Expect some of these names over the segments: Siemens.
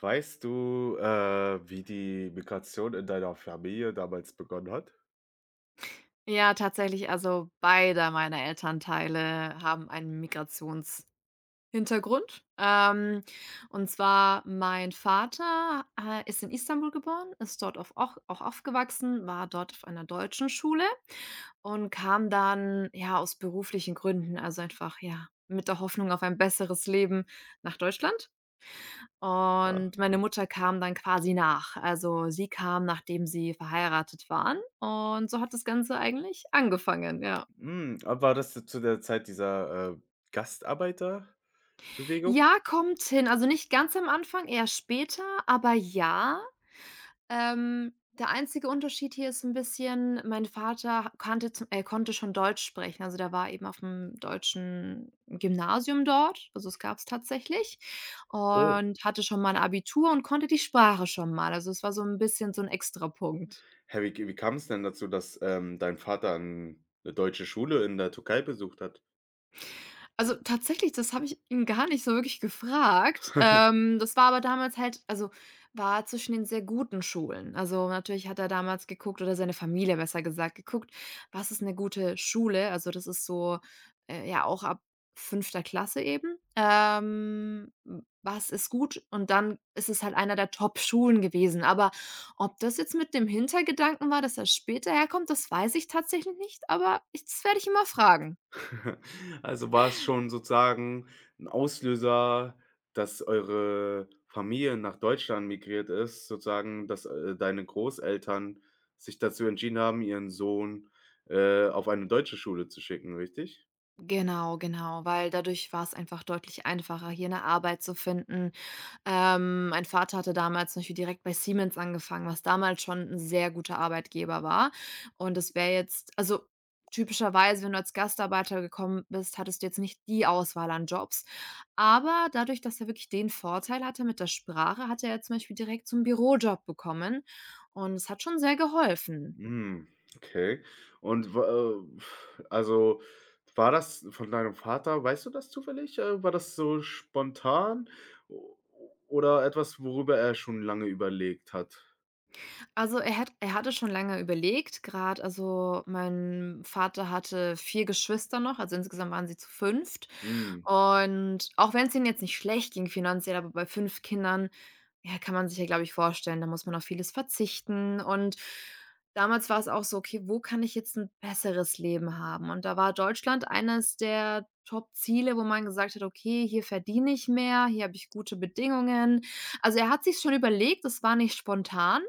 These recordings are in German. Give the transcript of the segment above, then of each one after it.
Weißt du, wie die Migration in deiner Familie damals begonnen hat? Ja, tatsächlich, also beide meiner Elternteile haben einen Migrationshintergrund. Ähm, und zwar mein Vater, ist in Istanbul geboren, ist dort auf auch aufgewachsen, war dort auf einer deutschen Schule und kam dann, ja, aus beruflichen Gründen, also einfach, ja, mit der Hoffnung auf ein besseres Leben nach Deutschland. Ja. Und meine Mutter kam dann quasi nach. Also, sie kam, nachdem sie verheiratet waren, und so hat das Ganze eigentlich angefangen, ja. Hm, ah, war das zu der Zeit dieser, Gastarbeiterbewegung? Ja, kommt hin. Also, nicht ganz am Anfang, eher später, aber ja. Der einzige Unterschied hier ist ein bisschen, mein Vater kannte zum konnte schon Deutsch sprechen. Also, der war eben auf dem deutschen Gymnasium dort, also, es gab es tatsächlich, Oh. und hatte schon mal ein Abitur und konnte die Sprache schon mal. Also, es war so ein bisschen so ein Extrapunkt. Hä, wie kam es denn dazu, dass, dein Vater 'n 'ne deutsche Schule in der Türkei besucht hat? Also, tatsächlich, das habe ich ihn gar nicht so wirklich gefragt. Das war aber damals halt also, war zwischen den sehr guten Schulen. Also, natürlich hat er damals geguckt, oder seine Familie besser gesagt geguckt, was ist eine gute Schule? Also, das ist so, ja, auch ab fünfter Klasse eben. Was ist gut? Und dann ist es halt einer der Top-Schulen gewesen. Aber ob das jetzt mit dem Hintergedanken war, dass er später herkommt, das weiß ich tatsächlich nicht, aber ich das werde ich immer fragen. Also war es schon sozusagen ein Auslöser, dass eure Familie nach Deutschland migriert ist, sozusagen, dass, deine Großeltern sich dazu entschieden haben, ihren Sohn, auf eine deutsche Schule zu schicken, richtig? Genau, genau, weil dadurch war es einfach deutlich einfacher, hier eine Arbeit zu finden. Mein Vater hatte damals zum Beispiel direkt bei Siemens angefangen, was damals schon ein sehr guter Arbeitgeber war. Und es wäre jetzt also, typischerweise, wenn du als Gastarbeiter gekommen bist, hattest du jetzt nicht die Auswahl an Jobs. Aber dadurch, dass er wirklich den Vorteil hatte mit der Sprache, hatte er zum Beispiel direkt so 'n Bürojob bekommen, und es hat schon sehr geholfen. Hm, okay. Und wa äh, also, War das von deinem Vater, weißt du das zufällig? War das so spontan o oder etwas, worüber er schon lange überlegt hat? Also, er hatte schon lange überlegt. Gerade also, mein Vater hatte 4 Geschwister noch, also, insgesamt waren sie zu fünft. Mhm, Und auch wenn es denen jetzt nicht schlecht ging finanziell, aber bei 5 Kindern, ja, kann man sich, ja, glaube ich, vorstellen, da muss man auf vieles verzichten. Und damals war es auch so: „Okay, wo kann ich jetzt ein besseres Leben haben?" Und da war Deutschland eines der Top-Ziele, wo man gesagt hat: „Okay, hier verdiene ich mehr, hier habe ich gute Bedingungen." Also, er hat sich schon überlegt, das war nicht spontan,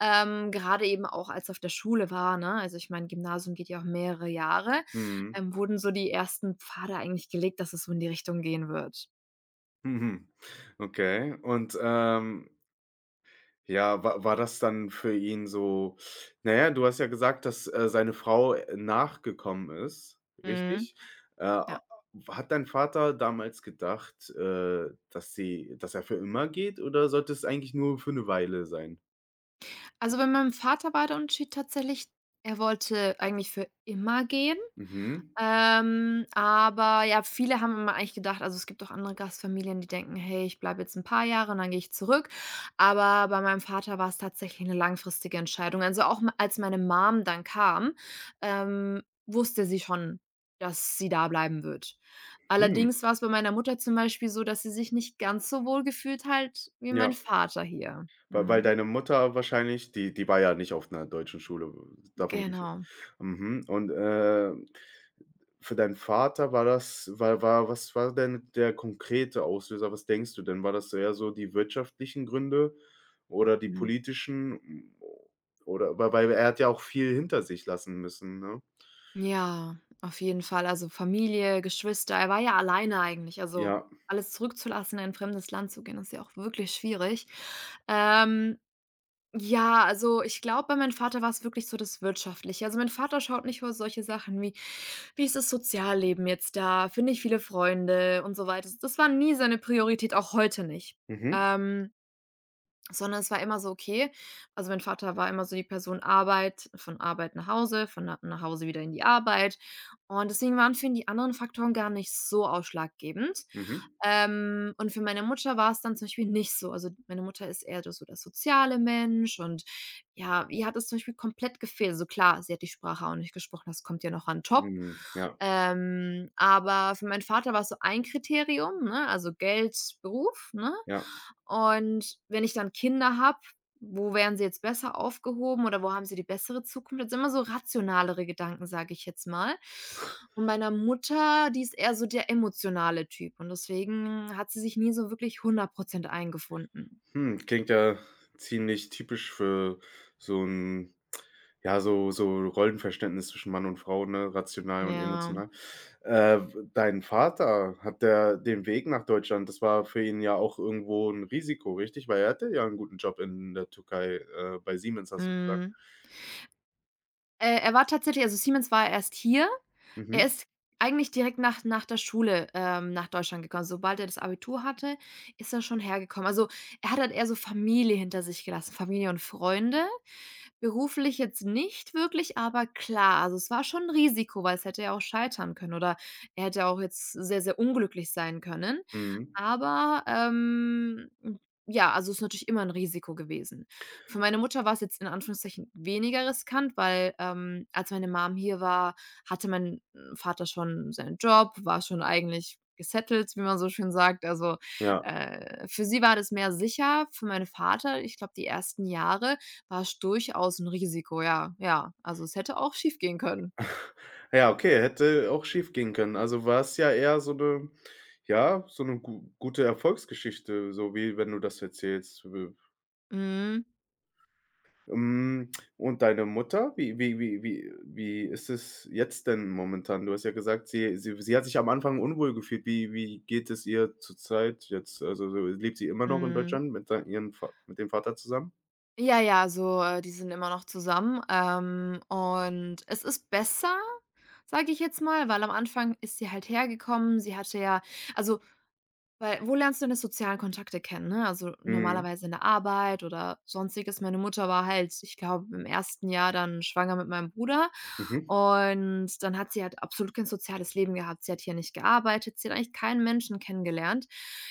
gerade eben auch, als er auf der Schule war, ne? Also, ich meine, Gymnasium geht ja auch mehrere Jahre. mhm. Wurden so die ersten Pfade eigentlich gelegt, dass es so in die Richtung gehen wird. Mhm. Okay. Und, ja, war das dann für ihn so? Naja, du hast ja gesagt, dass, seine Frau, nachgekommen ist, Mhm, richtig? A ja. Hat dein Vater damals gedacht, dass sie dass er für immer geht, oder sollte es eigentlich nur für eine Weile sein? Also, bei meinem Vater war der Unterschied tatsächlich, er wollte eigentlich für immer gehen. Mhm. Aber ja, viele haben immer eigentlich gedacht, also, es gibt auch andere Gastfamilien, die denken: „Hey, ich bleibe jetzt ein paar Jahre und dann gehe ich zurück." Aber bei meinem Vater war es tatsächlich eine langfristige Entscheidung. Also, auch m als meine Mom dann kam, wusste sie schon, dass sie da bleiben wird. Hm, Allerdings war es bei meiner Mutter zum Beispiel so, dass sie sich nicht ganz so wohl gefühlt hat wie mein ja, Vater hier. weil Mhm, deine Mutter wahrscheinlich die war ja nicht auf einer deutschen Schule, davon gehe ich genau. mhm, und, für deinen Vater war das war war was war denn der konkrete Auslöser? Was denkst du denn? War das eher so die wirtschaftlichen Gründe oder die Mhm. politischen? Oder weil er hat ja auch viel hinter sich lassen müssen, ne? Ja, auf jeden Fall. Also Familie, Geschwister. Er war ja alleine eigentlich. Also Ja. alles zurückzulassen, in ein fremdes Land zu gehen, ist ja auch wirklich schwierig. Ähm, ja, also ich glaube, bei meinem Vater war es wirklich so das Wirtschaftliche. Also mein Vater schaut nicht über solche Sachen wie, wie ist das Sozialleben jetzt da? Finde ich viele Freunde und so weiter. Das war nie seine Priorität, auch heute nicht. Mhm. Ähm, sondern es war immer so, okay, also mein Vater war immer so die Person Arbeit, von Arbeit nach Hause, von nach Hause wieder in die Arbeit, und deswegen waren für ihn die anderen Faktoren gar nicht so ausschlaggebend. Mhm. Und für meine Mutter war es dann zum Beispiel nicht so. Also, meine Mutter ist eher so der soziale Mensch, und ja, ihr hat es zum Beispiel komplett gefehlt. Also klar, sie hat die Sprache auch nicht gesprochen, das kommt ja noch an top. Mhm. Ja, Aber für meinen Vater war es so ein Kriterium, ne? Also Geld, Beruf, ne? ja. Und wenn ich dann Kinder habe, wo wären sie jetzt besser aufgehoben, oder wo haben sie die bessere Zukunft? Das sind immer so rationalere Gedanken, sage ich jetzt mal. Und meiner Mutter, die ist eher so der emotionale Typ, und deswegen hat sie sich nie so wirklich 100% eingefunden. Hm, klingt ja ziemlich typisch für so 'n, ja, so so Rollenverständnis zwischen Mann und Frau, ne, rational und Ja, emotional. W Dein Vater, hat der den Weg nach Deutschland, das war für ihn ja auch irgendwo 'n Risiko, richtig? Weil er hatte ja 'n guten Job in der Türkei, bei Siemens, hast du gesagt. mhm. Er war tatsächlich, also Siemens war erst hier. Er Mhm, ist eigentlich direkt nach der Schule, nach Deutschland gekommen. Sobald er das Abitur hatte, ist er schon hergekommen. Also, er hat halt eher so Familie hinter sich gelassen, Familie und Freunde. Beruflich jetzt nicht wirklich, aber klar, also, es war schon 'n Risiko, weil es hätte ja auch scheitern können, oder er hätte auch jetzt sehr, sehr unglücklich sein können. mhm, Aber, ja, also, es ist natürlich immer ein Risiko gewesen. Für meine Mutter war es jetzt in Anführungszeichen weniger riskant, weil, als meine Mom hier war, hatte mein Vater schon seinen Job, war schon eigentlich gesettelt, wie man so schön sagt. Also, ja. Für sie war das mehr sicher, für meinen Vater, ich glaube, die ersten Jahre war es durchaus 'n Risiko, ja, ja. Also, es hätte auch schiefgehen können. Ja, okay, hätte auch schiefgehen können. Also, war's ja eher so 'ne, ja, so 'ne gu gute Erfolgsgeschichte, so wie wenn du das erzählst. W Mhm. hm, und deine Mutter? Wie ist es jetzt denn momentan? Du hast ja gesagt, sie hat sich am Anfang unwohl gefühlt. Wie geht es ihr zurzeit jetzt? Also, so lebt sie immer noch in Mhm. Deutschland mit sei ihrem Va mit dem Vater zusammen? Ja, ja, also, die sind immer noch zusammen, und es ist besser, sage ich jetzt mal, weil am Anfang ist sie halt hergekommen. Sie hatte ja, also, weil wo lernst du denn sozialen Kontakte kennen, ne? Also, Mhm. normalerweise in der Arbeit oder Sonstiges. Meine Mutter war halt, ich glaube, im ersten Jahr dann schwanger mit meinem Bruder, Mhm. und dann hat sie halt absolut kein soziales Leben gehabt. Sie hat hier nicht gearbeitet, sie hat eigentlich keinen Menschen kennengelernt.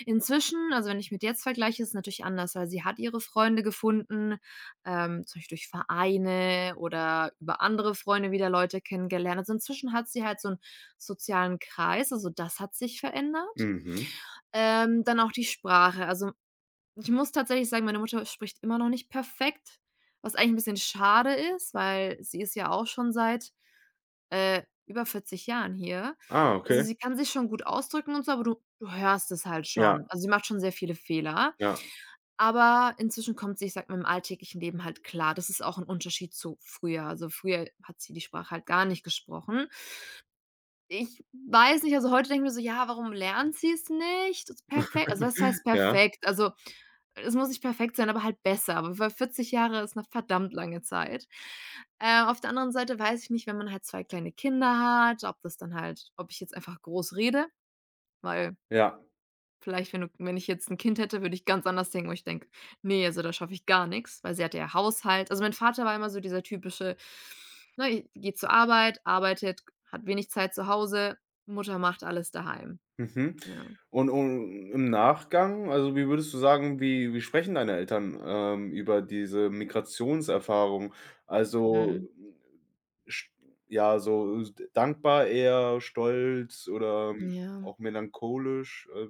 Inzwischen, also, wenn ich mit jetzt vergleiche, ist es natürlich anders, weil sie hat ihre Freunde gefunden, zum Beispiel durch Vereine oder über andere Freunde wieder Leute kennengelernt. Also, inzwischen hat sie halt so einen sozialen Kreis, also das hat sich verändert. Mhm. Dann auch die Sprache. Also, ich muss tatsächlich sagen, meine Mutter spricht immer noch nicht perfekt, was eigentlich 'n bisschen schade ist, weil sie ist ja auch schon seit, über 40 Jahren hier. Ah, Also, okay. sie kann sich schon gut ausdrücken und so, aber du hörst es halt Ja, schon. Also, sie macht schon sehr viele Fehler, ja, aber inzwischen kommt sie, ich sage mal, im alltäglichen Leben halt klar. Das ist auch 'n Unterschied zu früher. Also, früher hat sie die Sprache halt gar nicht gesprochen. Ich weiß nicht, also, heute denke ich mir so: „Ja, warum lernt sie's nicht? Ist perfekt." Also, was heißt ja, perfekt? Also, es muss nicht perfekt sein, aber halt besser. Aber weil 40 Jahre ist 'ne verdammt lange Zeit. Auf der anderen Seite, weiß ich nicht, wenn man halt 2 kleine Kinder hat, ob das dann halt, ob ich jetzt einfach groß rede, weil ja. vielleicht, wenn ich jetzt ein Kind hätte, würde ich ganz anders denken, wo ich denke: nee, also da schaffe ich gar nichts, weil sie hatte ja Haushalt. Also, mein Vater war immer so dieser typische, ne, geht zur Arbeit, arbeitet, hat wenig Zeit zu Hause, Mutter macht alles daheim. Mhm. Ja. Und im Nachgang, also, wie würdest du sagen, wie sprechen deine Eltern, über diese Migrationserfahrung? Mhm. Also, Mhm. hm, sch ja, so d dankbar eher, stolz oder mhm, Ja. auch melancholisch?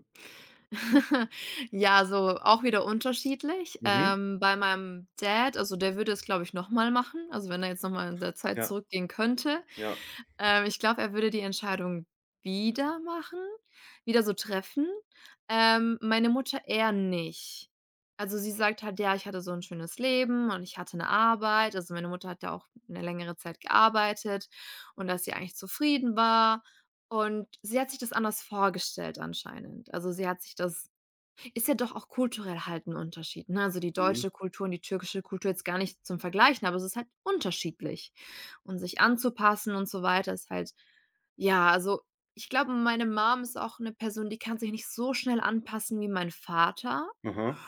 Ja, so auch wieder unterschiedlich. Mhm. Bei meinem Dad, also der würde es, glaube ich, noch mal machen, also wenn er jetzt noch mal in der Zeit Ja, zurückgehen könnte. ja. Ich glaube, er würde die Entscheidung wieder machen, wieder so treffen. Meine Mutter eher nicht. Also sie sagt halt: „Ja, ich hatte so ein schönes Leben und ich hatte eine Arbeit." Also, meine Mutter hat ja auch eine längere Zeit gearbeitet, und dass sie eigentlich zufrieden war, und sie hat sich das anders vorgestellt anscheinend. Also, sie hat sich das, ist ja doch auch kulturell halt 'n Unterschied, ne? Also, die Mhm. deutsche Kultur und die türkische Kultur, jetzt gar nicht zum Vergleichen, aber es ist halt unterschiedlich. Und sich anzupassen und so weiter ist halt, ja, also, ich glaube, meine Mom ist auch eine Person, die kann sich nicht so schnell anpassen wie mein Vater. Aha.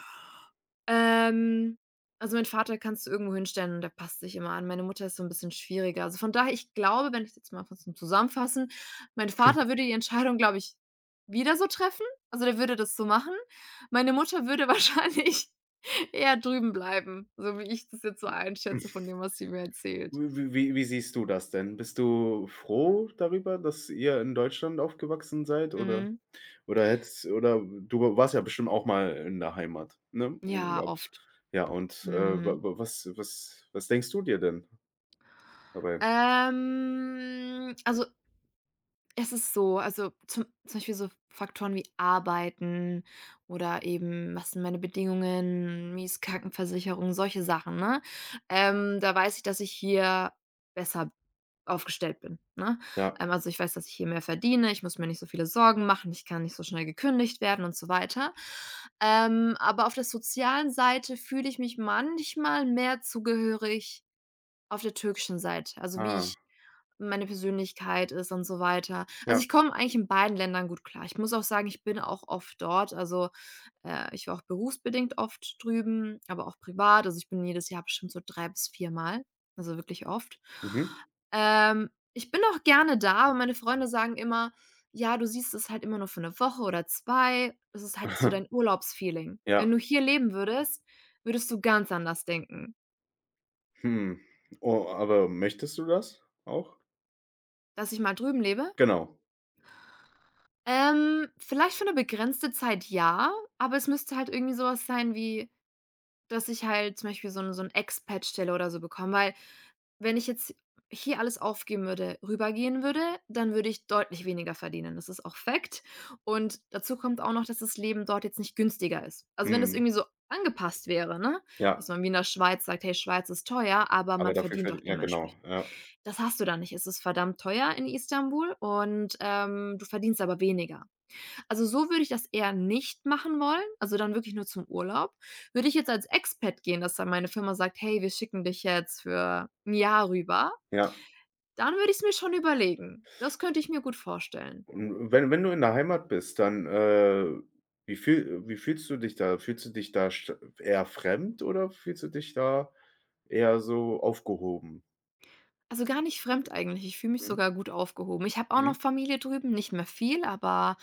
Ähm, also, meinen Vater kannst du irgendwo hinstellen, und der passt sich immer an. Meine Mutter ist so ein bisschen schwieriger. Also, von daher, ich glaube, wenn ich jetzt mal kurz zum Zusammenfassen, mein Vater würde die Entscheidung, glaube ich, wieder so treffen. Also, der würde das so machen. Meine Mutter würde wahrscheinlich eher drüben bleiben, so wie ich das jetzt so einschätze von dem, was sie mir erzählt. Wie siehst du das denn? Bist du froh darüber, dass ihr in Deutschland aufgewachsen seid, oder? Mhm. Oder hättest, oder du warst ja bestimmt auch mal in der Heimat, ne? Im Ja, Urlaub. oft. Ja, und, Mhm. wa wa was was was denkst du dir denn dabei? Also, es ist so, also zum Beispiel so Faktoren wie Arbeiten oder eben, was sind meine Bedingungen, wie ist Krankenversicherung, solche Sachen, ne? Da weiß ich, dass ich hier besser aufgestellt bin, ne? Ja. Also ich weiß, dass ich hier mehr verdiene, ich muss mir nicht so viele Sorgen machen, ich kann nicht so schnell gekündigt werden und so weiter. Aber auf der sozialen Seite fühle ich mich manchmal mehr zugehörig auf der türkischen Seite, also wie Ah, ich meine Persönlichkeit ist und so weiter. Also, ja. ich komme eigentlich in beiden Ländern gut klar. Ich muss auch sagen, ich bin auch oft dort. Also, ich war auch berufsbedingt oft drüben, aber auch privat. Also, ich bin jedes Jahr bestimmt so 3 bis viermal, also wirklich oft. Mhm. Ähm, Ich bin auch gerne da, aber meine Freunde sagen immer: „Ja, du siehst es halt immer nur für eine Woche oder 2. Das ist halt so dein Urlaubsfeeling. Wenn Ja. du hier leben würdest, würdest du ganz anders denken." Hm. Oh, aber möchtest du das auch? Dass ich mal drüben lebe, Genau. Vielleicht für 'ne begrenzte Zeit ja, aber es müsste halt irgendwie so was sein wie, dass ich halt zum Beispiel so 'n Expat-Stelle oder so bekomme, weil wenn ich jetzt hier alles aufgeben würde, rübergehen würde, dann würde ich deutlich weniger verdienen. Das ist auch Fact. Und dazu kommt auch noch, dass das Leben dort jetzt nicht günstiger ist. Also, wenn das Mhm. irgendwie so angepasst wäre, ne, dass Ja, man wie in der Schweiz sagt: „Hey, Schweiz ist teuer, aber aber man dafür verdient verdi auch ja, genau, dementsprechend." ja, Das hast du da nicht. Es ist verdammt teuer in Istanbul und, du verdienst aber weniger. Also, so würde ich das eher nicht machen wollen, also dann wirklich nur zum Urlaub. Würde ich jetzt als Expat gehen, dass dann meine Firma sagt: „Hey, wir schicken dich jetzt für ein Jahr rüber", ja. dann würde ich es mir schon überlegen. Das könnte ich mir gut vorstellen. Und wenn du in der Heimat bist, dann, wie fühlst du dich da? Fühlst du dich da st eher fremd, oder fühlst du dich da eher so aufgehoben? Also, gar nicht fremd eigentlich. Ich fühle mich Mhm, sogar gut aufgehoben. Ich habe auch noch mhm. Familie drüben, nicht mehr viel, aber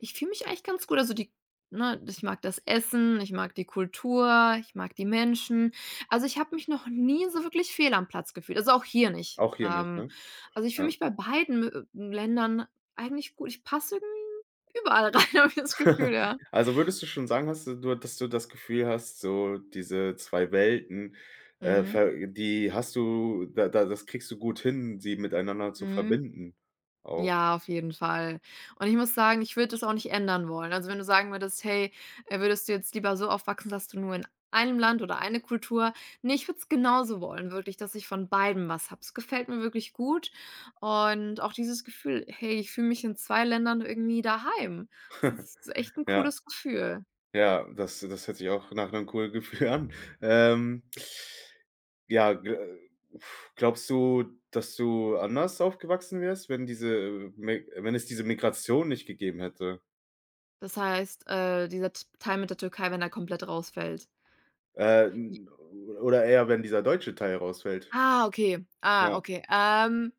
ich fühle mich eigentlich ganz gut. Also, die ne, ich mag das Essen, ich mag die Kultur, ich mag die Menschen. Also, ich habe mich noch nie so wirklich fehl am Platz gefühlt, also auch hier nicht. Auch hier nicht, ne? Also, ich fühle Ja. mich bei beiden, Ländern eigentlich gut. Ich passe irgendwie überall rein, habe ich das Gefühl, ja. Also, würdest du schon sagen, hast du du dass du das Gefühl hast, so diese 2 Welten, Mhm. ver die hast du da da das kriegst du gut hin, sie miteinander zu Mhm. verbinden auch. Ja, auf jeden Fall. Und ich muss sagen, ich würde das auch nicht ändern wollen. Also, wenn du sagen würdest: „Hey, würdest du jetzt lieber so aufwachsen, dass du nur in einem Land oder eine Kultur" Ne, ich würde es genauso wollen, wirklich, dass ich von beidem was habe. Es gefällt mir wirklich gut und auch dieses Gefühl: „Hey, ich fühle mich in 2 Ländern irgendwie daheim." Das ist echt ein Ja, cooles Gefühl. ja, das das hört sich auch nach einem coolen Gefühl an. Ähm, ja, gl glaubst du, dass du anders aufgewachsen wärst, wenn diese Mi wenn es diese Migration nicht gegeben hätte? Das heißt, dieser T Teil mit der Türkei, wenn er komplett rausfällt. N oder eher, wenn dieser deutsche Teil rausfällt. Ah, okay. Ah, Ja, okay.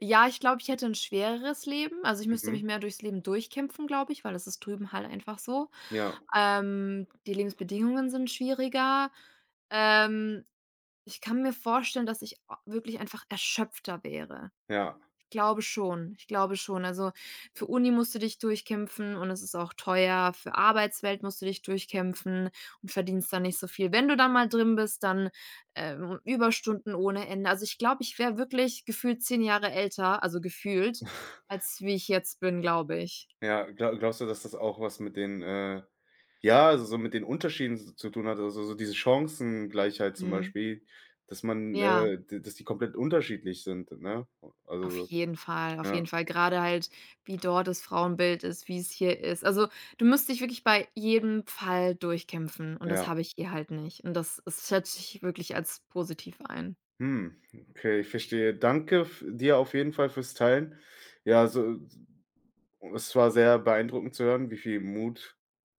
Ja, ich glaube, ich hätte ein schwereres Leben. Also, ich müsste mich mhm, mehr durchs Leben durchkämpfen, glaube ich, weil das ist drüben halt einfach so. ja, Die Lebensbedingungen sind schwieriger. Ähm, Ich kann mir vorstellen, dass ich a wirklich einfach erschöpfter wäre. ja, Glaube schon. Ich glaube schon. Also, für Uni musst du dich durchkämpfen und es ist auch teuer. Für Arbeitswelt musst du dich durchkämpfen und verdienst da nicht so viel. Wenn du dann mal drin bist, dann, Überstunden ohne Ende. Also, ich glaube, ich wäre wirklich gefühlt 10 Jahre älter, also gefühlt, als wie ich jetzt bin, glaube ich. ja. Glaubst du, dass das auch was mit den, ja, also, so mit den Unterschieden s zu tun hat, also, so diese Chancengleichheit zum Mhm. Beispiel, dass man, Ja. D dass die komplett unterschiedlich sind, ne? Also, Auf so jeden Fall, auf ja, jeden Fall. Gerade halt, wie dort das Frauenbild ist, wie es hier ist. Also, du musst dich wirklich bei jedem Fall durchkämpfen und das ja. habe ich hier halt nicht. Und das schätze ich wirklich als positiv ein. Hm, okay, ich verstehe. Danke f dir auf jeden Fall fürs Teilen. Ja, so es war sehr beeindruckend zu hören, wie viel Mut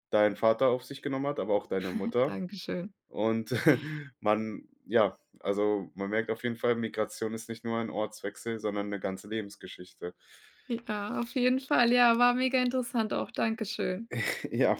dein Vater auf sich genommen hat, aber auch deine Mutter. Dankeschön. Und man ja, also, man merkt auf jeden Fall, Migration ist nicht nur ein Ortswechsel, sondern eine ganze Lebensgeschichte. Ja, auf jeden Fall. Ja, war mega interessant auch. Dankeschön. Ja.